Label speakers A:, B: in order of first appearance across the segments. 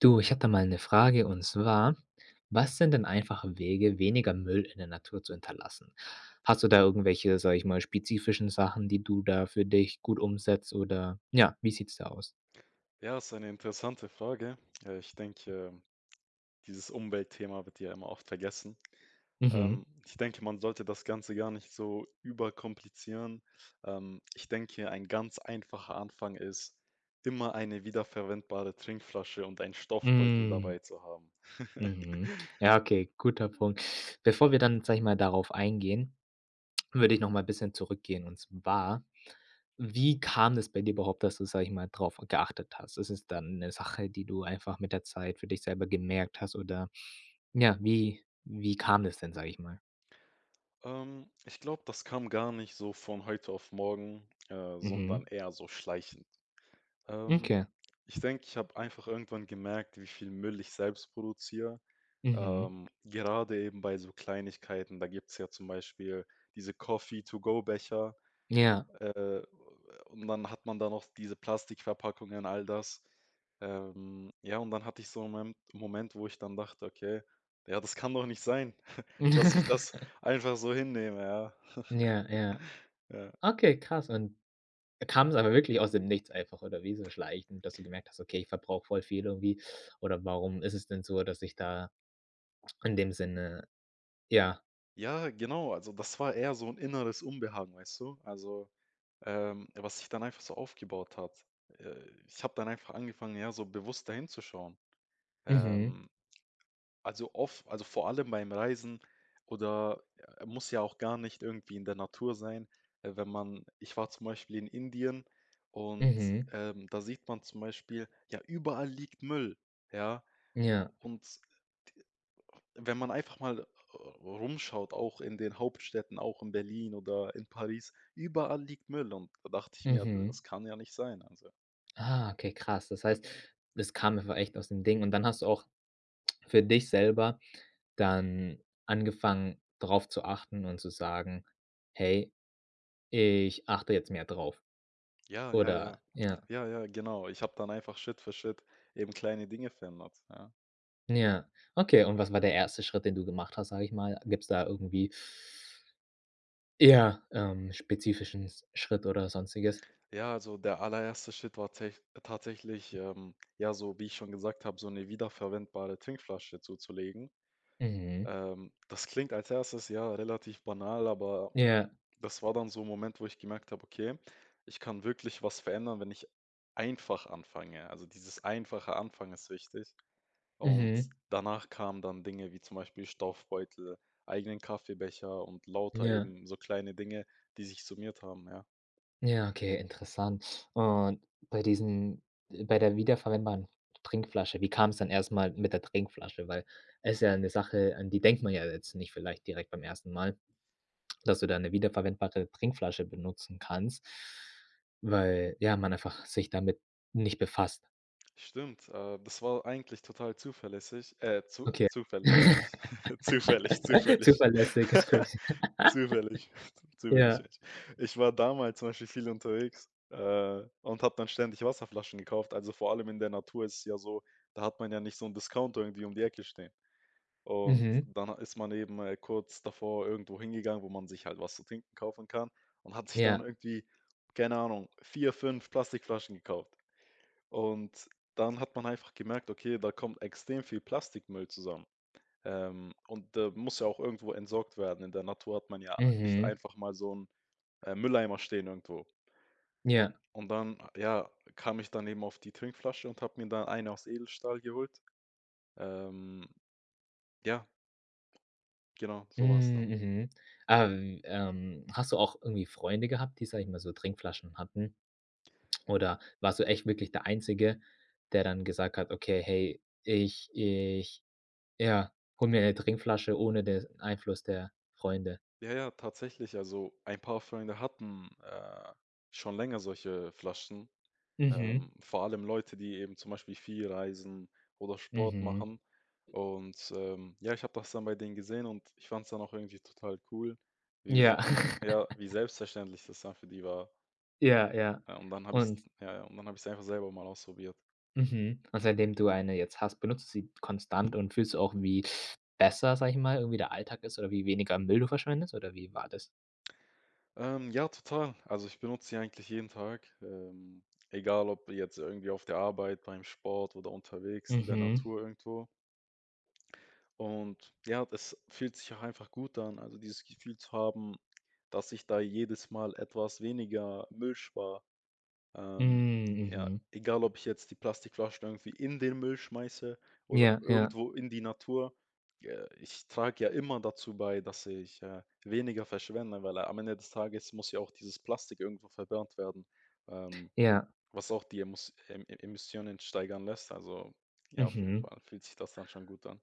A: Du, ich habe da mal eine Frage, und zwar, was sind denn einfache Wege, weniger Müll in der Natur zu hinterlassen? Hast du da irgendwelche, sag ich mal, spezifischen Sachen, die du da für dich gut umsetzt, oder ja, wie sieht's da aus?
B: Ja, ist eine interessante Frage. Ich denke, dieses Umweltthema wird ja immer oft vergessen.
A: Mhm.
B: Ich denke, man sollte das Ganze gar nicht so überkomplizieren. Ich denke, ein ganz einfacher Anfang ist, immer eine wiederverwendbare Trinkflasche und einen Stoffbeutel
A: Mm.
B: dabei zu haben.
A: Mhm. Ja, okay, guter Punkt. Bevor wir dann, sag ich mal, darauf eingehen, würde ich noch mal ein bisschen zurückgehen. Und zwar, wie kam das bei dir überhaupt, dass du, sag ich mal, drauf geachtet hast? Ist es dann eine Sache, die du einfach mit der Zeit für dich selber gemerkt hast, oder ja, wie kam das denn, sag ich mal?
B: Ich glaube, das kam gar nicht so von heute auf morgen, sondern
A: Mhm.
B: eher so schleichend. Ähm,
A: Okay.
B: Ich denke, ich habe einfach irgendwann gemerkt, wie viel Müll ich selbst produziere.
A: Mhm.
B: Gerade eben bei so Kleinigkeiten, da gibt's ja zum Beispiel diese Coffee-to-go-Becher,
A: Ja.
B: äh, und dann hat man da noch diese Plastikverpackungen, all das. Ja, und dann hatte ich so einen Moment, wo ich dann dachte: „Okay, ja, das kann doch nicht sein, dass ich das einfach so hinnehme“, ja.
A: Ja, ja.
B: Ja.
A: Okay, krass. Und kam es aber wirklich aus dem Nichts einfach, oder wie so schleichend, dass du gemerkt hast: „Okay, ich verbrauche voll viel irgendwie“, oder warum ist es denn so, dass ich da in dem Sinne, ja.
B: Ja, genau, also das war eher so ein inneres Unbehagen, weißt du? Also, was sich dann einfach so aufgebaut hat. Ich habe dann einfach angefangen, ja, so bewusst da hinzuschauen.
A: Mhm.
B: Ähm Also oft also vor allem beim Reisen oder muss ja auch gar nicht irgendwie in der Natur sein. Wenn man Ich war zum Beispiel in Indien und,
A: Mhm.
B: da sieht man zum Beispiel, ja, überall liegt Müll, ja?
A: Ja.
B: Und wenn man einfach mal r rumschaut, auch in den Hauptstädten, auch in Berlin oder in Paris, überall liegt Müll und da dachte ich mir:
A: Mhm.
B: „Das kann ja nicht sein.“ Also,
A: Ah, okay, krass. Das heißt,
B: äh,
A: es kam einfach echt aus dem Ding, und dann hast du auch für dich selber dann angefangen, drauf zu achten und zu sagen: „Hey, ich achte jetzt mehr drauf.“
B: ja, ja, ja.
A: Oder ja,
B: Ja, ja, genau. Ich habe dann einfach Schritt für Schritt eben kleine Dinge verändert, ja.
A: ja. Okay, und was war der erste Schritt, den du gemacht hast, sage ich mal? Gibt's da irgendwie eher spezifischen s Schritt oder Sonstiges?
B: Ja, also der allererste Schritt war tatsächlich, ja, so wie ich schon gesagt habe, so eine wiederverwendbare Trinkflasche zuzulegen.
A: Mhm.
B: Das klingt als erstes ja relativ banal, aber
A: Ja.
B: das war dann so ein Moment, wo ich gemerkt habe, okay, ich kann wirklich was verändern, wenn ich einfach anfange. Also dieses einfache Anfangen ist wichtig. Und
A: Mhm.
B: danach kamen dann Dinge wie zum Beispiel Stoffbeutel, eigenen Kaffeebecher und lauter
A: Ja.
B: eben so kleine Dinge, die sich summiert haben, ja.
A: Ja, okay, interessant. Und bei diesen bei der wiederverwendbaren Trinkflasche, wie kam es dann erstmal mit der Trinkflasche? Weil es ist ja eine Sache, an die denkt man ja jetzt nicht vielleicht direkt beim ersten Mal, dass du da eine wiederverwendbare Trinkflasche benutzen kannst, weil, ja, man einfach sich damit nicht befasst.
B: Stimmt, das war eigentlich total zuverlässig. Zu
A: Okay.
B: zufällig meine ich. Zufällig, zufällig.
A: Zuverlässig ist crazy.
B: Zufällig, zufällig
A: Ja.
B: echt. Ich war damals zum Beispiel viel unterwegs, und habe dann ständig Wasserflaschen gekauft. Also, vor allem in der Natur ist es ja so, da hat man ja nicht so einen Discounter irgendwie um die Ecke stehen. Und
A: Mhm.
B: dann ist man eben, kurz davor irgendwo hingegangen, wo man sich halt was zu trinken kaufen kann und hat sich dann
A: Ja.
B: irgendwie, keine Ahnung, 4, 5 Plastikflaschen gekauft. Und dann hat man einfach gemerkt, okay, da kommt extrem viel Plastikmüll zusammen. Und der muss ja auch irgendwo entsorgt werden. In der Natur hat man ja nicht
A: Mhm.
B: einfach mal so 'n, Mülleimer stehen irgendwo.
A: Ja.
B: Und dann, ja, kam ich dann eben auf die Trinkflasche und habe mir dann eine aus Edelstahl geholt. Ähm, ja, genau, so war's dann.
A: Hm, mhm. Hast du auch irgendwie Freunde gehabt, die, sag ich mal, so Trinkflaschen hatten? Oder warst du echt wirklich der Einzige, der dann gesagt hat: „Okay, hey, ja, hol mir eine Trinkflasche ohne den Einfluss der Freunde.“
B: Ja, ja, tatsächlich, also ein paar Freunde hatten, schon länger solche Flaschen.
A: Mhm,
B: Vor allem Leute, die eben zum Beispiel viel reisen oder Sport
A: mhm.
B: machen. Und, ja, ich habe das dann bei denen gesehen und ich fand es dann auch irgendwie total cool, wie se
A: Ja,
B: ja, wie selbstverständlich das dann für die war.
A: ja, ja.
B: Ja, und dann habe ich's
A: Und
B: Ja, ja, und dann habe ich es einfach selber mal ausprobiert.
A: mhm, und seitdem du eine jetzt hast, benutzt du sie konstant und fühlst du auch, wie besser, sag ich mal, irgendwie der Alltag ist oder wie weniger Müll du verschwendest, oder wie war das?
B: Ja, total. Also, ich benutze sie eigentlich jeden Tag, egal ob jetzt irgendwie auf der Arbeit, beim Sport oder unterwegs in der
A: Mhm.
B: Natur irgendwo. Und ja, das fühlt sich auch einfach gut an, also dieses Gefühl zu haben, dass ich da jedes Mal etwas weniger Müll spare.
A: Hm,
B: Ähm, ja,
A: mhm.
B: egal ob ich jetzt die Plastikflaschen irgendwie in den Müll schmeiße oder
A: Ja, ja,
B: irgendwo in die Natur, ich trage ja immer dazu bei, dass ich weniger verschwende, weil am Ende des Tages muss ja auch dieses Plastik irgendwo verbrannt werden, ähm,
A: ja.
B: was auch die Emissionen steigern lässt. Also ja, auf jeden
A: Mhm.
B: Fall fühlt sich das dann schon gut an.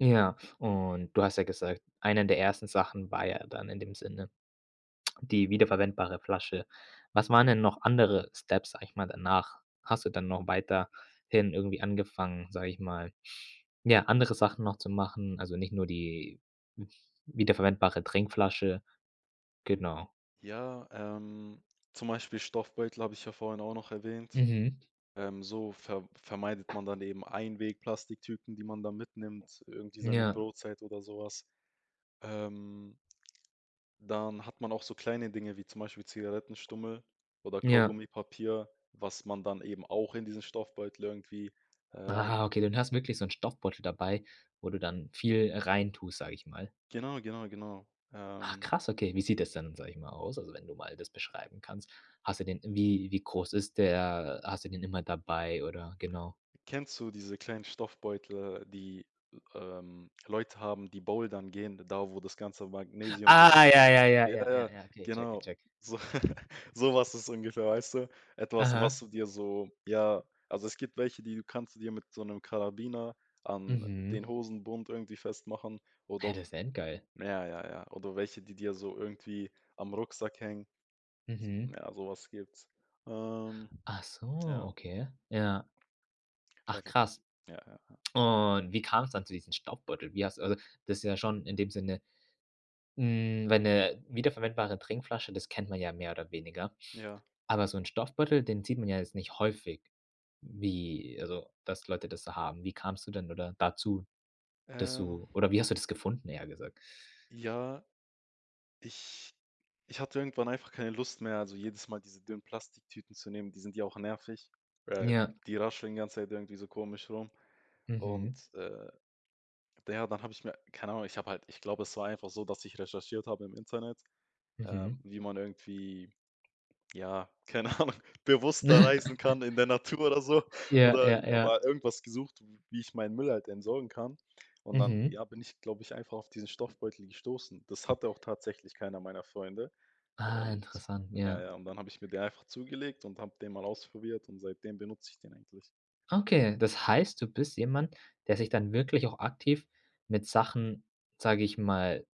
A: Ja, und du hast ja gesagt, eine der ersten Sachen war ja dann in dem Sinne die wiederverwendbare Flasche. Was waren denn noch andere Steps, sag ich mal, danach? Hast du dann noch weiterhin irgendwie angefangen, sag ich mal, ja, andere Sachen noch zu machen? Also nicht nur die wiederverwendbare Trinkflasche. Genau.
B: Ja, zum Beispiel Stoffbeutel habe ich ja vorhin auch noch erwähnt.
A: Mhm.
B: So vermeidet man dann eben Einweg-Plastiktüten, die man da mitnimmt, irgendwie seine
A: Ja,
B: Brotzeit oder sowas. Ähm, Dann hat man auch so kleine Dinge wie zum Beispiel Zigarettenstummel oder
A: ja.
B: Kaugummipapier, was man dann eben auch in diesen Stoffbeutel irgendwie rein.
A: Ah, okay, du hast wirklich so 'n Stoffbeutel dabei, wo du dann viel reintust, sag ich mal.
B: Genau, genau, genau.
A: Ach
B: Ähm,
A: krass, okay. Wie sieht das dann, sage ich mal, aus? Also, wenn du mal das beschreiben kannst. Hast du den, wie groß ist der? Hast du den immer dabei oder genau?
B: Kennst du diese kleinen Stoffbeutel, die, Leute haben, die bouldern gehen, da wo das ganze Magnesium drin
A: Ah,
B: ist?
A: ja, ja, ja,
B: Ja,
A: ja, ja,
B: ja,
A: ja, okay, check,
B: genau.
A: check.
B: So so was ist ungefähr, weißt du? Etwas, was
A: Aha.
B: du dir so ja, also es gibt welche, die du kannst du dir mit so einem Karabiner an
A: Mhm.
B: den Hosenbund irgendwie festmachen oder
A: Hä,
B: auch
A: das ist ja endgeil.
B: ja, ja, ja, oder welche, die dir so irgendwie am Rucksack hängen.
A: Mhm.
B: Ja, sowas gibt's. Ähm,
A: Ach so,
B: ja.
A: okay. Ja.
B: Ja,
A: Ach krass.
B: ja, ja.
A: Und wie kam es dann zu diesem Staubbeutel? Wie hast, also, das ist ja schon in dem Sinne, hm, weil 'ne wiederverwendbare Trinkflasche, das kennt man ja mehr oder weniger.
B: Ja,
A: Aber so 'n Stoffbeutel, den sieht man ja jetzt nicht häufig. Wie also, dass Leute das so haben. Wie kamst du denn oder dazu, dass
B: ähm
A: du oder wie hast du das gefunden, eher gesagt?
B: ja, ich ich hatte irgendwann einfach keine Lust mehr, also jedes Mal diese dünnen Plastiktüten zu nehmen, die sind ja auch nervig. Äh,
A: Ja.
B: Die rascheln die ganze Zeit irgendwie so komisch rum. Und,
A: Mhm.
B: ja, dann habe ich mir keine Ahnung, ich habe halt ich glaube, es war einfach so, dass ich recherchiert habe im Internet,
A: Mhm.
B: wie man irgendwie, ja, keine Ahnung, bewusster reisen kann in der Natur oder so.
A: Ja,
B: Oder
A: ja, ja.
B: aber irgendwas gesucht, wie ich meinen Müll halt entsorgen kann. Und dann,
A: Mhm.
B: ja, bin ich, glaube ich, einfach auf diesen Stoffbeutel gestoßen. Das hatte auch tatsächlich keiner meiner Freunde.
A: Ah,
B: Und
A: interessant,
B: ja,
A: ja.
B: ja, und dann habe ich mir den einfach zugelegt und habe den mal ausprobiert und seitdem benutze ich den eigentlich.
A: Okay, das heißt, du bist jemand, der sich dann wirklich auch aktiv mit Sachen, sage ich mal,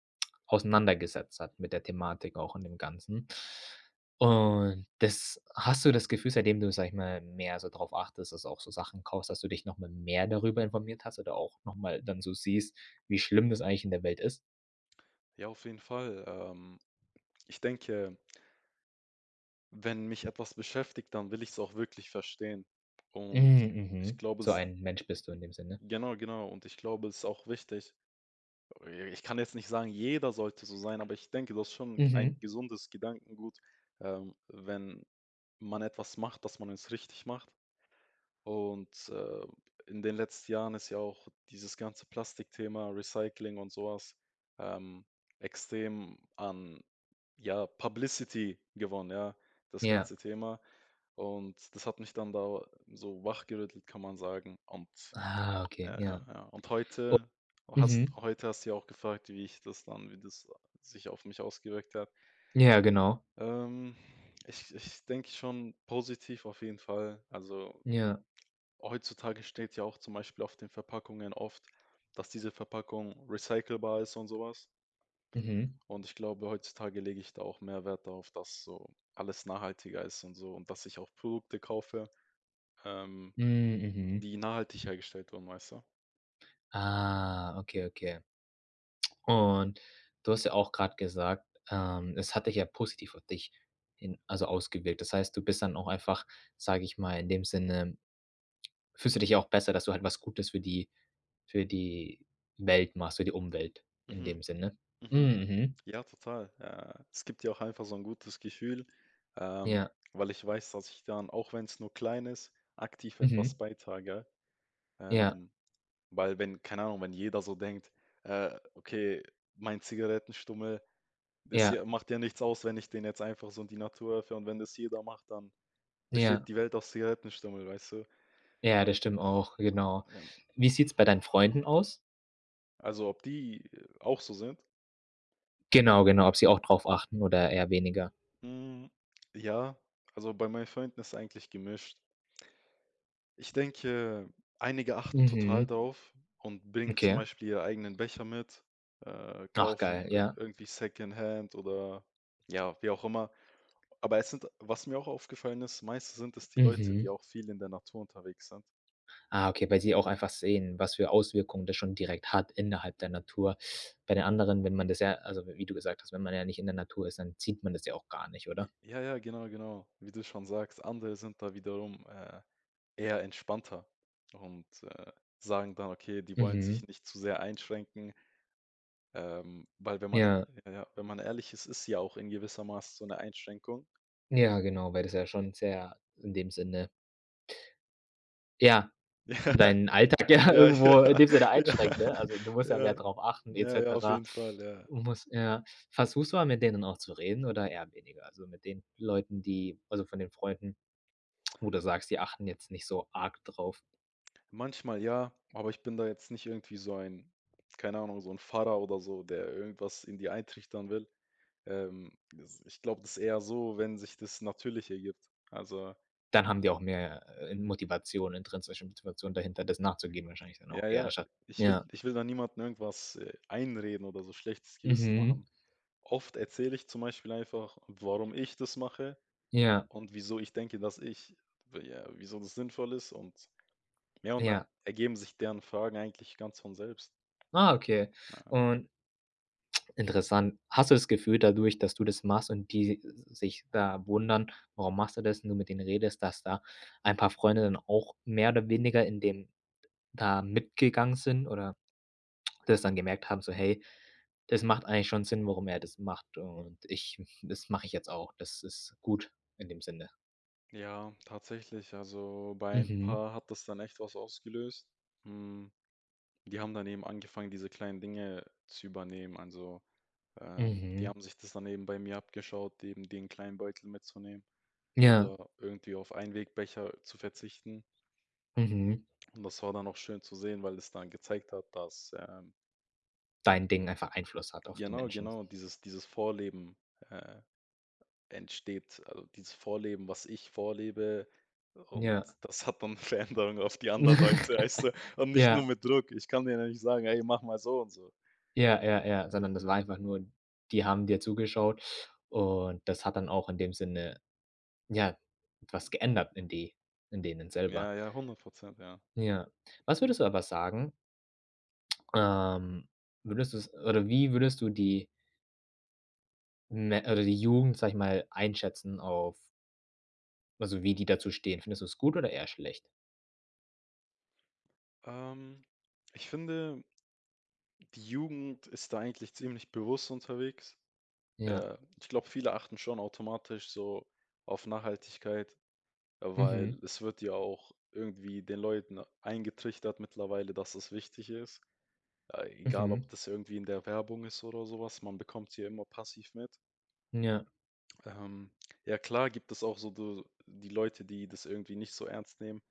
A: auseinandergesetzt hat, mit der Thematik auch und dem Ganzen. Und das, hast du das Gefühl, seitdem du, sag ich mal, mehr so drauf achtest, dass du auch so Sachen kaufst, dass du dich noch mal mehr darüber informiert hast oder auch noch mal dann so siehst, wie schlimm das eigentlich in der Welt ist?
B: Ja, auf jeden Fall. Ich denke, wenn mich etwas beschäftigt, dann will ich es auch wirklich verstehen. Und
A: Mhm,
B: ich
A: mhm.
B: glaube
A: So
B: es
A: ein Mensch bist du in dem Sinne.
B: genau, genau. Und ich glaube, es ist auch wichtig. Ich kann jetzt nicht sagen, jeder sollte so sein, aber ich denke, das ist schon ein
A: Mhm.
B: gesundes Gedankengut, wenn man etwas macht, dass man es richtig macht. Und, in den letzten Jahren ist ja auch dieses ganze Plastikthema, Recycling und so was, ähm, extrem an, ja, Publicity gewonnen, ja, das
A: Ja.
B: ganze Thema. Und das hat mich dann da so wachgerüttelt, kann man sagen. Und
A: Ah, okay,
B: ja, ja,
A: ja.
B: ja. Und
A: Mhm.
B: heute hast du ja auch gefragt, wie das sich auf mich ausgewirkt hat.
A: Ja, genau.
B: Ähm, ich denke schon positiv auf jeden Fall. Also
A: Ja.
B: heutzutage steht ja auch zum Beispiel auf den Verpackungen oft, dass diese Verpackung recycelbar ist und sowas.
A: Mhm.
B: Und ich glaube, heutzutage lege ich da auch mehr Wert darauf, dass so alles nachhaltiger ist und so und dass ich auch Produkte kaufe, ähm,
A: Hm, mhm.
B: die nachhaltig hergestellt wurden, weißt du?
A: Ah, okay, okay. Und du hast ja auch gerade gesagt, es hat dich ja positiv auf dich hin, also ausgewirkt. Das heißt, du bist dann auch einfach, sage ich mal, in dem Sinne, fühlst du dich ja auch besser, dass du halt was Gutes für die, für die Welt machst, für die Umwelt in
B: Mhm,
A: dem Sinne.
B: mhm.
A: Mhm.
B: Ja, total. Es gibt ja auch einfach so ein gutes Gefühl,
A: Ja.
B: weil ich weiß, dass ich dann, auch wenn es nur klein ist, aktiv etwas
A: Mhm.
B: beitrage.
A: Ja.
B: Ähm, Weil wenn keine Ahnung, wenn jeder so denkt: okay, mein Zigarettenstummel, das hier
A: Ja.
B: macht ja nichts aus, wenn ich den jetzt einfach so in die Natur werfe und wenn das jeder macht, dann besteht
A: Ja.
B: die Welt aus Zigarettenstummel“, weißt du?
A: Ja, das stimmt auch, genau.
B: Ähm,
A: Wie sieht's bei deinen Freunden aus?
B: also, ob die, auch so sind?
A: Genau, genau, ob sie auch drauf achten oder eher weniger.
B: Hm, ja, also, bei meinen Freunden ist es eigentlich gemischt. Ich denke, einige achten total
A: Mhm.
B: drauf und bringen zum
A: Okay.
B: Beispiel ihre eigenen Becher mit,
A: Ach
B: kaufen
A: geil,
B: ir
A: ja.
B: irgendwie Secondhand oder ja, wie auch immer. Aber es sind was mir auch aufgefallen ist, meist sind es die Leute, die
A: Mhm.
B: auch viel in der Natur unterwegs sind.
A: Ah, okay, weil sie auch einfach sehen, was für Auswirkungen das schon direkt hat innerhalb der Natur. Bei den anderen, wenn man das, ja, also wie du gesagt hast, wenn man ja nicht in der Natur ist, dann sieht man das ja auch gar nicht,
B: J
A: oder?
B: ja, ja, genau, genau, wie du schon sagst. Andere sind da wiederum, eher entspannter und, sagen dann: „Okay, die wollen sich
A: Mhm.
B: nicht zu sehr einschränken.“ weil wenn man
A: Ja,
B: ja, ja, wenn man ehrlich ist, ist ja auch in gewisser Maß so eine Einschränkung.
A: ja, genau, weil das ja schon sehr in dem Sinne, ja, dein, ja,
B: ja, ja,
A: irgendwo in dem Sinne
B: ja,
A: einschränkt, ne? Also, du musst ja mehr
B: ja,
A: drauf achten et
B: ja, ja, auf
A: cetera.
B: jeden Fall, ja.
A: Muss ja. Versuchst du mal mit denen auch zu reden oder eher weniger? Also, mit den Leuten, die, also, von den Freunden, wo du sagst, die achten jetzt nicht so arg drauf?
B: Manchmal ja, aber ich bin da jetzt nicht irgendwie so ein, keine Ahnung, so ein Pfarrer oder so, der irgendwas in die eintrichtern will. Das ich glaube, das ist eher so, wenn sich das natürlich ergibt. Also,
A: Dann haben die auch mehr Motivation, intrinsische Motivation dahinter, das nachzugeben wahrscheinlich dann
B: ja,
A: auch, gell,
B: ja,
A: anstatt ja,
B: ich will da niemandem irgendwas, einreden oder so schlechtes Gewissen
A: mhm,
B: machen. Oft erzähle ich zum Beispiel einfach, warum ich das mache
A: ja,
B: und wieso ich denke, dass ich ja, wieso das sinnvoll ist und ja, und dann
A: ja.
B: ergeben sich deren Fragen eigentlich ganz von selbst.
A: Ah, okay. Und interessant. Hast du das Gefühl dadurch, dass du das machst und die sich da wundern: „Warum machst du das?“, und du mit denen redest, dass da ein paar Freunde dann auch mehr oder weniger in dem da mitgegangen sind oder das dann gemerkt haben, so: „Hey, das macht eigentlich schon Sinn, warum er das macht, und ich, das mache ich jetzt auch. Das ist gut in dem Sinne.“
B: Ja, tatsächlich. Also bei ein
A: Mhm.
B: paar hat das dann echt was ausgelöst. Hm, die haben dann eben angefangen, diese kleinen Dinge zu übernehmen. Also die
A: Mhm.
B: haben sich das dann eben bei mir abgeschaut, eben den kleinen Beutel mitzunehmen
A: Ja.
B: oder irgendwie auf Einwegbecher zu verzichten.
A: Mhm.
B: Und das war dann auch schön zu sehen, weil es dann gezeigt hat, dass
A: Dein Ding einfach Einfluss hat auf die
B: genau,
A: Menschen.
B: genau dieses Vorleben äh, entsteht, also dieses Vorleben, was ich vorlebe und
A: Ja.
B: das hat dann Veränderungen auf die anderen Leute, weißt du? Und nicht nur
A: Ja,
B: mit Druck. Ich kann denen ja nicht sagen: „Hey, mach mal so und so.“
A: ja, ja, ja,
B: Ja.
A: sondern das war einfach nur, die haben dir zugeschaut, und das hat dann auch in dem Sinne, ja, etwas geändert in die, in denen selber.
B: Ja, ja, 100% ja.
A: Ja. Was würdest du aber sagen, ähm, würdest du's oder wie würdest du die Me oder die Jugend, sage ich mal, einschätzen auf, also, wie die dazu stehen? Findest du es gut oder eher schlecht?
B: Ähm, ich finde, die Jugend ist da eigentlich ziemlich bewusst unterwegs.
A: Ja.
B: Ich glaube, viele achten schon automatisch so auf Nachhaltigkeit, weil
A: Mhm.
B: es wird ja auch irgendwie den Leuten eingetrichtert mittlerweile, dass es wichtig ist. Egal, ob
A: Mhm.
B: das irgendwie in der Werbung ist oder sowas, man bekommt sie ja immer passiv mit.
A: Ja.
B: Ähm, ja klar gibt es auch so du die Leute, die das irgendwie nicht so ernst nehmen,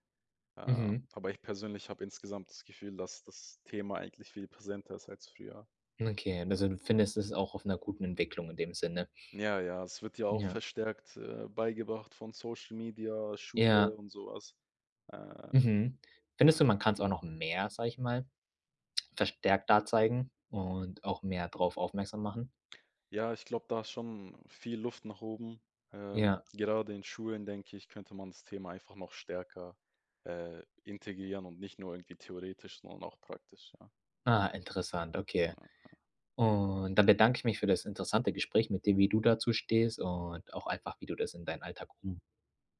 A: Mhm.
B: aber ich persönlich habe insgesamt das Gefühl, dass das Thema eigentlich viel präsenter ist als früher.
A: Okay,
B: Ja.
A: also du findest es auch auf einer guten Entwicklung in dem Sinne.
B: Ja, ja, es wird ja auch
A: Ja.
B: verstärkt, beigebracht von Social Media, Schule
A: Ja.
B: und sowas. Äh,
A: Mhm. Findest
B: ja.
A: du, man kann es auch noch mehr, sage ich mal, verstärkter zeigen und auch mehr drauf aufmerksam machen?
B: Ja, ich glaube, da ist schon viel Luft nach oben. Äh,
A: Ja.
B: gerade in Schulen, denke ich, könnte man das Thema einfach noch stärker integrieren und nicht nur irgendwie theoretisch, sondern auch praktisch. Ja,
A: Ah, interessant, okay.
B: ja,
A: Und dann bedanke ich mich für das interessante Gespräch mit dir, wie du dazu stehst und auch einfach, wie du das in deinen Alltag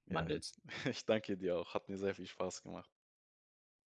B: ja
A: umwandelst.
B: ich danke dir auch. Hat mir sehr viel Spaß gemacht.